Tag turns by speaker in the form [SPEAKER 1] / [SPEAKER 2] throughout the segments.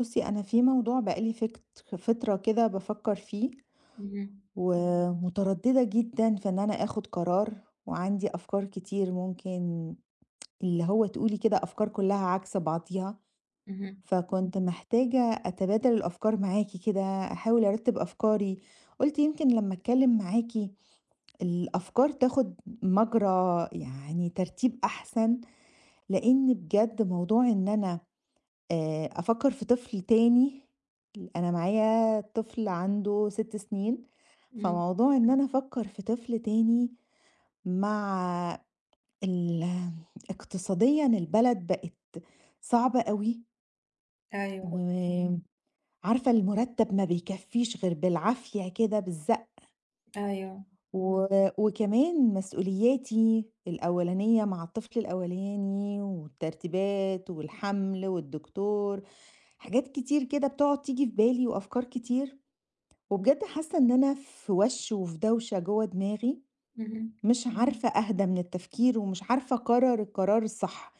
[SPEAKER 1] بُصّي، أنا في موضوع بقى لي فكت فترة كده بافكّر فيه،
[SPEAKER 2] اهم،
[SPEAKER 1] ومترددة جدًا في إن أنا آخُد قرار، وعندي أفكار كتير ممكن اللي هو تقولي كده أفكار كلّها عكس بعضيها،
[SPEAKER 2] اهم،
[SPEAKER 1] فكنت محتاجة أتبادل الأفكار معاكِ كده، أحاول أرتّب أفكاري، قُلت يمكن لمّا أتكلّم معاكِ الأفكار تاخُد مجرى يعني ترتيب أحسن، لإن بجد موضوع إن أنا أفكّر في طفل تاني، أنا معايا طفل عنده 6 سنين،
[SPEAKER 2] إمم،
[SPEAKER 1] فموضوع إن أنا أفكّر في طفل تاني مع ال اقتصاديًا البلد بقت صعبة أوي،
[SPEAKER 2] أيوه،
[SPEAKER 1] وعارفة المُرتّب ما بيكفّيش غير بالعافية كده بالزق
[SPEAKER 2] أيوه،
[SPEAKER 1] و وكمان مسؤولياتي الأولانية مع الطفل الأولاني والترتيبات والحمل والدكتور، حاجات كتير كده بتقعد تيجي في بالي وأفكار كتير، وبجد حاسة إن أنا في وَش وفي دوشة جوّه دماغي،
[SPEAKER 2] اهم،
[SPEAKER 1] مش عارفة أهدى من التفكير ومش عارفة أقرر القرار الصح،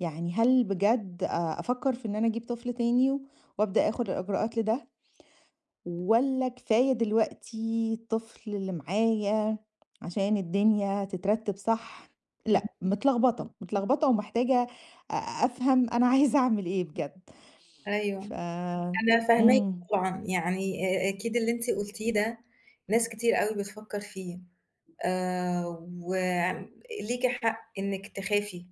[SPEAKER 1] يعني هل بجد أفكر في إن أنا أجيب طفل تاني وأبدأ آخد الإجراءات لده؟ والّا كفاية دلوقتي الطفل اللي معايا عشان الدنيا تترتب صح؟ لأ،
[SPEAKER 2] اهم،
[SPEAKER 1] متلخبطة، متلخبطة ومحتاجة أفهم أنا عايزة أعمل إيه بجد.
[SPEAKER 2] أيوه،
[SPEAKER 1] ف
[SPEAKER 2] أنا فاهماكِ
[SPEAKER 1] إمم،
[SPEAKER 2] طبعًا، يعني أكيد اللي أنتِ قُلتيه ده ناس كتير أوي بتفكّر فيه، وم ليكِ حق إنِّك تخافي،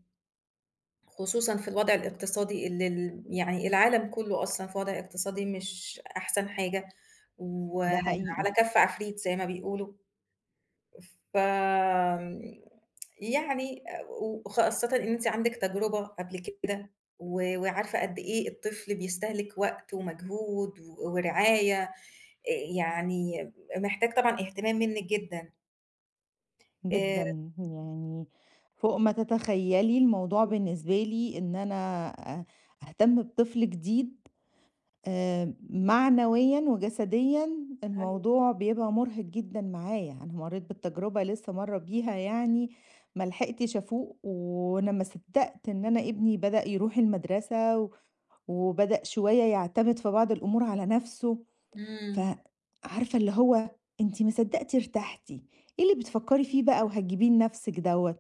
[SPEAKER 2] خصوصًا في الوضع الاقتصادي اللي يعني العالم كُلّه أصلًا في وضع اقتصادي مش أحسن حاجة،
[SPEAKER 1] ده حقيقي
[SPEAKER 2] وعلى كَف عفريت زي ما بيقولوا. ف آمم، يعني وخاصةً إن أنتِ عندِك تجربة قبل كده وعارفة قد إيه الطفل بيستهلك وقت ومجهود ورعاية، يعني محتاج طبعًا اهتمام منِّك جدًا. آآ
[SPEAKER 1] جدًا، يعني فوق ما تتخيلي الموضوع بالنسبة لي إن أنا أ أهتم بطفل جديد معنويًا وجسديًا
[SPEAKER 2] أيوه،
[SPEAKER 1] الموضوع بيبقى مرهق جدًا معايا، أنا مرّيت بالتجربة لسه مرّة بيها يعني ما لحقتش أفوق، وأنا ما صدّقت إن أنا ابني بدأ يروح المدرسة وبدأ شوية يعتمد في بعض الأمور على نَفْسه، ف
[SPEAKER 2] إمم،
[SPEAKER 1] عارفة اللي هو أنتِ ما صدّقتِ ارتحتِ، إيه اللي بتفكّري فيه بقى وهتجيبيه لنَفْسِك دوّة؟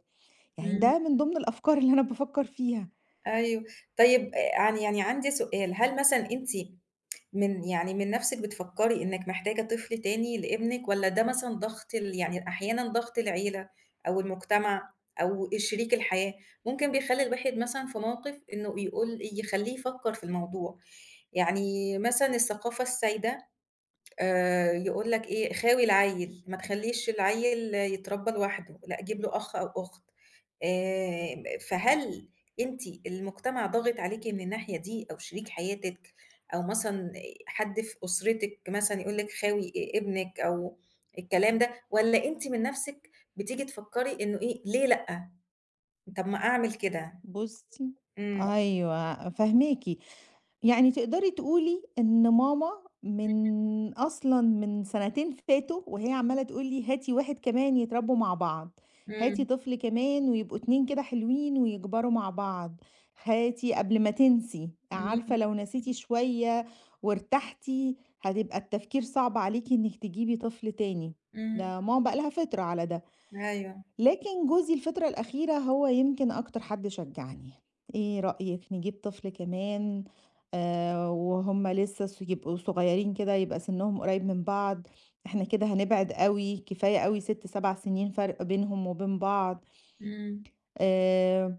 [SPEAKER 1] يعني
[SPEAKER 2] إمم،
[SPEAKER 1] ده من ضمن الأفكار اللي أنا بافكّر فيها.
[SPEAKER 2] أيوه. طيب عن يعني عندي سؤال، هل مثلًا أنتِ من نَفْسِك بتفكّري إنِّك محتاجة طفل تاني لابنِك والّا ده مثلًا ضغط يعني أحيانًا ضغط العيلة أو المجتمع أو شريك الحياة، ممكن بيخلّي الواحد مثلًا في موقِف إنه يقول يخلّيه يفكّر في الموضوع. يعني مثلًا الثقافة السائدة يقول لك إيه، خاوي العيّل، ما تخلّيش العيّل يتربّى لوحده، لأ جيب له أخ أو أخت. آآ فهل أنتِ المجتمع ضاغط عليكِ من الناحية دي أو شريك حياتِك أو مثلًا حد في أسرتِك مثلًا يقول لِك خاوي ابنِك أو الكلام ده، والّا أنتِ من نَفْسِك بتيجي تفكّري إنه إيه، ليه لأ، طَب ما أعمل كده؟
[SPEAKER 1] بُصّي،
[SPEAKER 2] إمم،
[SPEAKER 1] أيوه فاهماكِ. يعني تقدري تقولي إن ماما من أصلًا من سنتين فاتوا وهي عمّالة تقول لي: "هاتي واحد كمان يتربّوا مع بعض،
[SPEAKER 2] إمم،
[SPEAKER 1] هاتي طفل كمان ويبقوا 2 كده حلوين ويكبروا مع بعض، هاتي قبل ما تنسي، عارفة
[SPEAKER 2] إمم،
[SPEAKER 1] لو نسيتِ شوية وارتحتِ هتبقى التفكير صعب عليكِ إنِّك تجيبي طفل تاني."
[SPEAKER 2] إمم،
[SPEAKER 1] ده ماما بقى لها فترة على ده.
[SPEAKER 2] أيوه،
[SPEAKER 1] لكن جوزي الفترة الأخيرة هو يمكن أكتر حد شجعني، إيه رأيك نجيب طفل كمان، آه وهم لسه يبقوا صغيرين كده يبقى سنهم قريب من بعض، احنا كده هنبعد قوي، كفاية قوي ست سبع سنين فرق بينهم وبين بعض،
[SPEAKER 2] إمم،
[SPEAKER 1] آه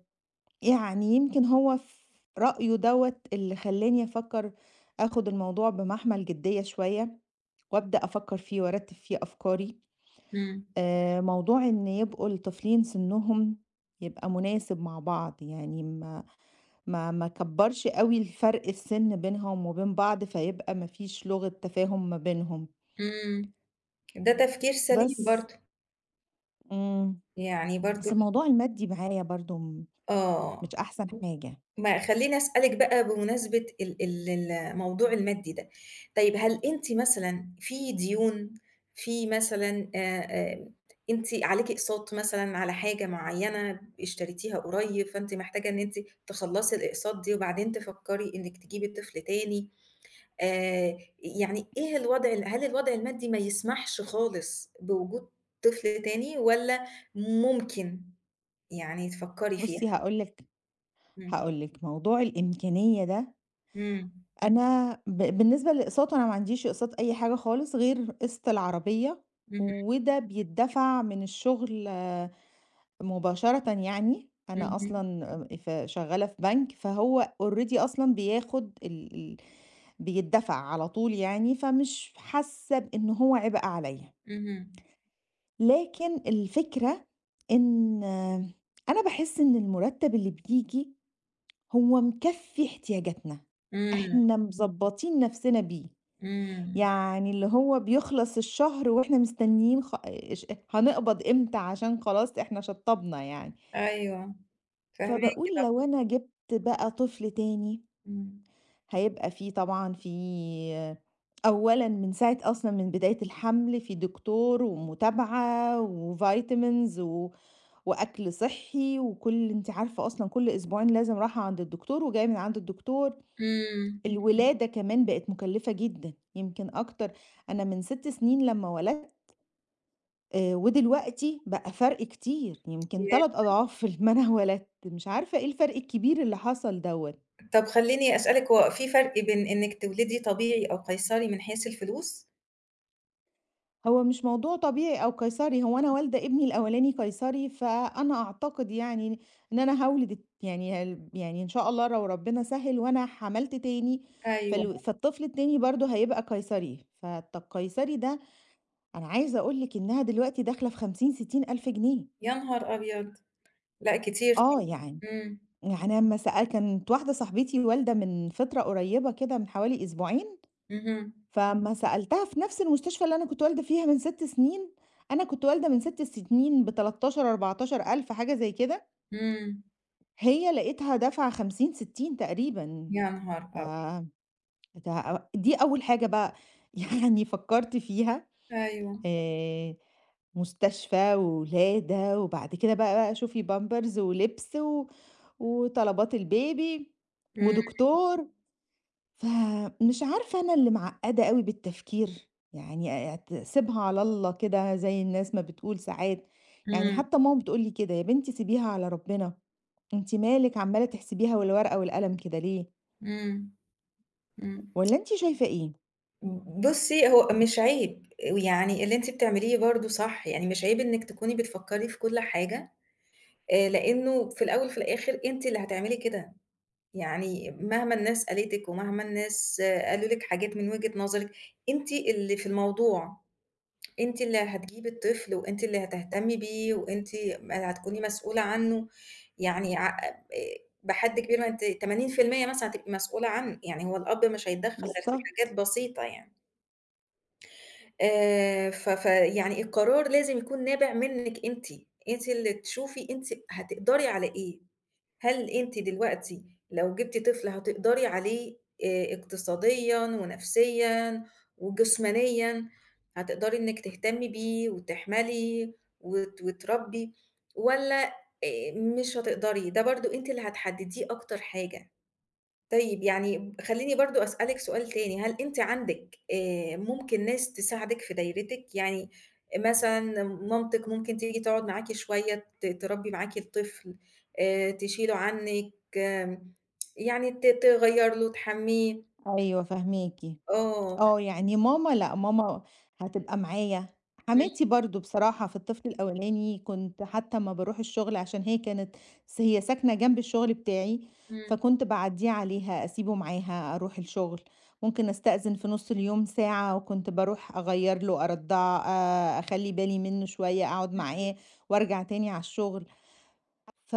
[SPEAKER 1] يعني يمكن هو في رأيه دوت اللي خلاني أفكر أخد الموضوع بمحمل جدية شوية وأبدأ أفكر فيه وأرتب فيه أفكاري،
[SPEAKER 2] إمم،
[SPEAKER 1] موضوع إن يبقوا الطفلين سنّهم يبقى مناسب مع بعض، يعني ما اكبّرش أوي الفرق السِن بينهم وبين بعض، فيبقى ما فيش لغة تفاهم ما بينهم،
[SPEAKER 2] إمم، ده تفكير سليم
[SPEAKER 1] بس
[SPEAKER 2] برضه.
[SPEAKER 1] إمم،
[SPEAKER 2] يعني
[SPEAKER 1] بس
[SPEAKER 2] برضه
[SPEAKER 1] الموضوع المادي معايا برضه
[SPEAKER 2] آه.
[SPEAKER 1] مش أحسن حاجة.
[SPEAKER 2] ما خلّيني أسألِك بقى بمناسبة ال ال الموضوع المادي ده، طيب هل أنتِ مثلًا في ديون، في مثلًا أنتِ عليكِ أقساط مثلًا على حاجة معيّنة اشتريتيها قريب، فأنتِ محتاجة إن أنتِ تخلّصي الأقساط دي وبعدين تفكّري إنِّك تجيبي طفل تاني، يعني إيه الوضع ال هل الوضع المادي ما يسمحش خالص بوجود طفل تاني والّا ممكن يعني تفكّري فيها؟
[SPEAKER 1] بُصّي، هاقول لِك
[SPEAKER 2] إمم.
[SPEAKER 1] هاقول لِك موضوع الإمكانية ده،
[SPEAKER 2] إمم.
[SPEAKER 1] أنا بالنسبة للأقساط أنا ما عنديش أقساط أي حاجة خالص غير قسط العربية،
[SPEAKER 2] اهم،
[SPEAKER 1] وده بيتدفع من الشغل مباشرةً يعني، أنا
[SPEAKER 2] اهم،
[SPEAKER 1] أصلًا ف شغّالة في بنك، فهو already أصلًا بياخد ال ال بيدّفع على طول يعني، فمش حاسة بإن هو عبء عليّا.
[SPEAKER 2] اهم.
[SPEAKER 1] لكن الفكرة إن أنا باحس إن المُرتّب اللي بييجي هو مكفّي احتياجاتنا،
[SPEAKER 2] إمم،
[SPEAKER 1] إحنا مضبّطين نَفْسنا بيه،
[SPEAKER 2] إمم.
[SPEAKER 1] يعني اللي هو بيخلص الشهر وإحنا مستنيين خ ش هنقبض إمتى عشان خلاص إحنا شطّبنا يعني.
[SPEAKER 2] أيوه، فاهماكِ
[SPEAKER 1] فباقول لو
[SPEAKER 2] طبعًا.
[SPEAKER 1] أنا جِبت بقى طفل تاني،
[SPEAKER 2] إمم.
[SPEAKER 1] هيبقى في طبعًا، في أولًا من ساعة، أصلًا من بداية الحمل في دكتور ومتابعة وvitamins وأكل صحّي وكل أنتِ عارفة أصلًا كل أسبوعين لازم راحة عند الدكتور وجاية من عند الدكتور. اهم.
[SPEAKER 2] إمم.
[SPEAKER 1] الولادة كمان بقت مُكلّفة جدًا، يمكن أكتر. أنا من 6 سنين لمّا ولدت ودلوقتي بقى فرق كتير، يمكن 3 أضعاف لمّا أنا ولدت، مش عارفة إيه الفرق الكبير اللي حصل دوّة.
[SPEAKER 2] طب خلّيني أسألِك هو في فرق بين إنِّك تولدي طبيعي أو قيصري من حيث الفلوس؟
[SPEAKER 1] هو مش موضوع طبيعي أو قيصري، هو أنا والدة ابني الأولاني قيصري، فأنا أعتقد يعني إن أنا هاولد يعني يعني إن شاء الله لو ربنا سهِّل وأنا حملت تاني،
[SPEAKER 2] أيوه.
[SPEAKER 1] فالطفل التاني برضه هيبقى قيصري، فالقيصري ده أنا عايزة أقول لِك إنها دلوقتي داخلة في 50، 60 ألف جنيه.
[SPEAKER 2] يا نهار أبيض! لأ كتير
[SPEAKER 1] آه
[SPEAKER 2] طبعًا.
[SPEAKER 1] يعني،
[SPEAKER 2] إمم.
[SPEAKER 1] يعني أمّا سأ كانت واحدة صاحبتي والدة من فترة قريبة كده من حوالي أسبوعين،
[SPEAKER 2] اهم.
[SPEAKER 1] فأمّا سألتها في نفس المستشفى اللي أنا كنت والدة فيها من 6 سنين، أنا كنت والدة من 6 سنين ب13، 14,000 حاجة زي كده،
[SPEAKER 2] إمم.
[SPEAKER 1] هي لقيتها دافعة 50، 60 تقريبًا.
[SPEAKER 2] يا نهار
[SPEAKER 1] ف
[SPEAKER 2] أبيض!
[SPEAKER 1] دي أول حاجة بقى يعني فكّرت فيها،
[SPEAKER 2] أيوه.
[SPEAKER 1] آآ، مستشفى وولادة وبعد كده بقى شوفي pampers ولبس وطلبات البيبي
[SPEAKER 2] إمم،
[SPEAKER 1] ودكتور، فمش عارفة أنا اللي معقّدة أوي بالتفكير، يعني سيبها على الله كده زي الناس ما بتقول ساعات، يعني
[SPEAKER 2] إمم،
[SPEAKER 1] حتى ماما بتقول لي كده: "يا بنتي سيبيها على ربنا، أنتِ مالِك عمّالة تحسبيها والورقة والقلم كده ليه،
[SPEAKER 2] إمم، إمم.
[SPEAKER 1] والّا أنتِ شايفة إيه؟"
[SPEAKER 2] بُصّي، هو مش عيب، ويعني اللي أنتِ بتعمليه برضه صح، يعني مش عيب إنِّك تكوني بتفكّري في كل حاجة لإنه في الأول وفي الآخر أنتِ اللي هتعملي كده، يعني مهما الناس قالتِك ومهما الناس قالوا لِك حاجات من وجهة نظرِك، أنتِ اللي في الموضوع، أنتِ اللي هتجيبي الطفل وأنتِ اللي هتهتمي بيه وأنتِ ما هتكوني مسؤولة عنه، يعني ع بحد كبير ما أنتِ 80% مثلًا هتبقي مسؤولة عنه، يعني هو الأب مش هيتدخّل غير في حاجات
[SPEAKER 1] بالضبط.
[SPEAKER 2] بسيطة يعني. ف فيعني القرار لازم يكون نابع منِّك أنتِ، أنتِ اللي تشوفي أنتِ هتقدري على إيه، هل أنتِ دلوقتي لو جبتِ طفل هتقدري عليه اقتصاديًا ونفسيًا وجسمانيًا، هتقدري إنِّك تهتمي بيه وتحملي وتربّي والّا مش هتقدري، ده برضه أنتِ اللي هتحدّديه أكتر حاجة. طيب يعني خلّيني برضه أسألِك سؤال تاني، هل أنتِ عندِك ممكن ناس تساعدِك في دايرتِك؟ يعني مثلًا مامتِك ممكن تيجي تقعد معاكِ شوية تربّي معاكِ الطفل، تشيله عنِّك، آمم يعني تغيّر له، تحمّيه،
[SPEAKER 1] أيوه فاهماكِ.
[SPEAKER 2] آه،
[SPEAKER 1] آه، يعني لأ، ماما هتبقى معايا.
[SPEAKER 2] إمم،
[SPEAKER 1] حماتي برضه بصراحة في الطفل الأولاني كنت حتى أمّا باروح الشغل عشان هي كانت هي ساكنة جنب الشغل بتاعي،
[SPEAKER 2] إمم،
[SPEAKER 1] فكنت باعدّيه عليها، أسيبه معاها، أروح الشغل، ممكن أستأذن في نُص اليوم ساعة وكنت باروح أغيّر له، أرضّعه، أخلّي بالي منّه شوية، أقعد معاه وأرجع تاني على الشغل. ف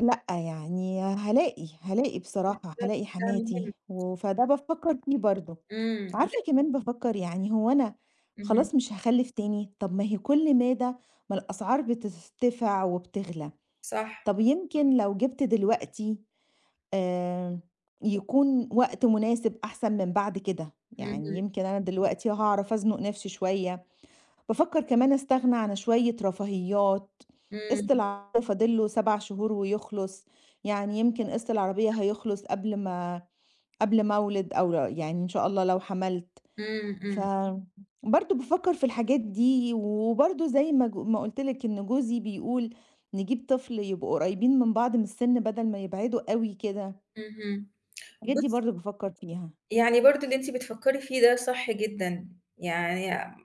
[SPEAKER 1] لأ، يعني هالاقي، هالاقي بصراحة،
[SPEAKER 2] بالضبط
[SPEAKER 1] هالاقي
[SPEAKER 2] ده
[SPEAKER 1] حماتي
[SPEAKER 2] مهم،
[SPEAKER 1] فده بافكّر فيه برضه.
[SPEAKER 2] إمم،
[SPEAKER 1] عارفة كمان بافكّر يعني هو أنا
[SPEAKER 2] اهم،
[SPEAKER 1] خلاص مش هاخلّف تاني، طب ما هي كل مادة، ما الأسعار بترتفع وبتغلى،
[SPEAKER 2] صح،
[SPEAKER 1] طب يمكن لو جِبت دلوقتي آآ، يكون وقت مناسب أحسن من بعد كده، يعني
[SPEAKER 2] اهم،
[SPEAKER 1] يمكن أنا دلوقتي هاعرف أزنُق نفْسي شوية، بافكّر كمان أستغنى عن شوية رفاهيات،
[SPEAKER 2] إمم،
[SPEAKER 1] قسط العربية فاضل له 7 شهور ويخلص، يعني يمكن قسط العربية هيخلص قبل ما أولد أو يعني إن شاء الله لو حَمَلت.
[SPEAKER 2] إمم،
[SPEAKER 1] ف
[SPEAKER 2] إمم،
[SPEAKER 1] برضه بافكّر في الحاجات دي، وبرضه زي ما ما قُلت لِك إن جوزي بيقول نجيب طفل يبقوا قريبين من بعض من السِن بدل ما يبعدوا أوي كده،
[SPEAKER 2] اهم.
[SPEAKER 1] الحاجات دي
[SPEAKER 2] بُصّي،
[SPEAKER 1] برضه بافكّر فيها.
[SPEAKER 2] يعني برضه اللي أنتِ بتفكّري فيه ده صح جدًا، يعني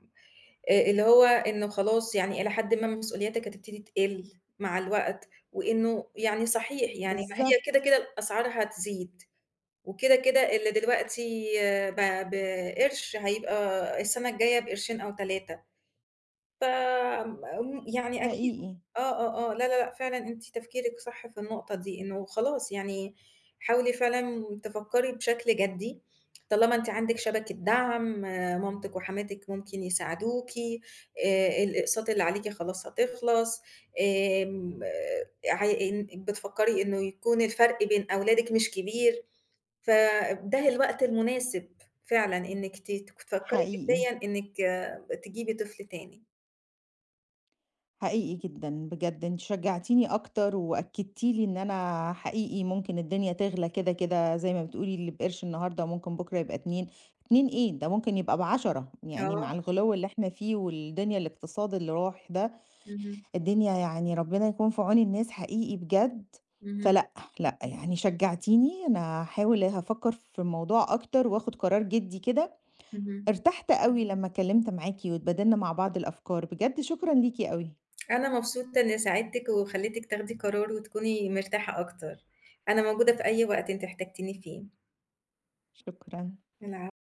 [SPEAKER 2] اللي هو إنه خلاص يعني إلى حدٍ ما مسؤولياتك هتبتدي تقِل مع الوقت، وإنه يعني صحيح يعني ما هي كده،
[SPEAKER 1] بالضبط،
[SPEAKER 2] كده الأسعار هتزيد، وكده، كده اللي دلوقتي آه، بقرش هيبقى السنة الجاية بقرشين أو 3. ف آمم يعني أكيد
[SPEAKER 1] حقيقي،
[SPEAKER 2] آه، آه، آه، لا، لا، لأ، فعلًا أنتِ تفكيرِك صح في النقطة دي، إنه خلاص يعني حاولي فعلًا تفكّري بشكل جدّي، طالما أنتِ عندِك شبكة دعم، مامتِك وحماتِك ممكن يساعدوكِ، الأقساط اللي عليكِ خلاص هتخلص، آمم عي إن بتفكّري إنه يكون الفرق بين أولادِك مش كبير، فده الوقت المناسب فعلًا إنِّك تفكّري
[SPEAKER 1] حقيقي،
[SPEAKER 2] جديًا إنِّك تجيبي طفل تاني.
[SPEAKER 1] حقيقي جدًا بجد، أنتِ شجّعتيني أكتر وأكدتِ لي إن أنا حقيقي ممكن الدنيا تغلى كده، كده زي ما بتقولي اللي بقرش النهارده ممكن بُكرة يبقى 2، 2 إيه، ده ممكن يبقى ب10 يعني مع
[SPEAKER 2] آه.
[SPEAKER 1] الغُلو اللي إحنا فيه والدنيا، الاقتصاد اللي رايح ده
[SPEAKER 2] اهم،
[SPEAKER 1] الدنيا، يعني ربنا يكون في عون الناس حقيقي بجد،
[SPEAKER 2] اهم،
[SPEAKER 1] فلأ، لأ، يعني شجّعتيني، أنا هاحاول هافكّر في الموضوع أكتر وآخُد قرار جِدّي كده،
[SPEAKER 2] اهم.
[SPEAKER 1] ارتحت أوي لمّا اتكلّمت معاكِ واتبادلنا مع بعض الأفكار، بجد شكرًا ليكِ أوي،
[SPEAKER 2] أنا مبسوطة إني ساعدتِك وخلّيتِك تاخدي قرار وتكوني مرتاحة أكتر. أنا موجودة في أي وقت أنتِ احتجتيني فيه.
[SPEAKER 1] شكرًا.
[SPEAKER 2] العفو.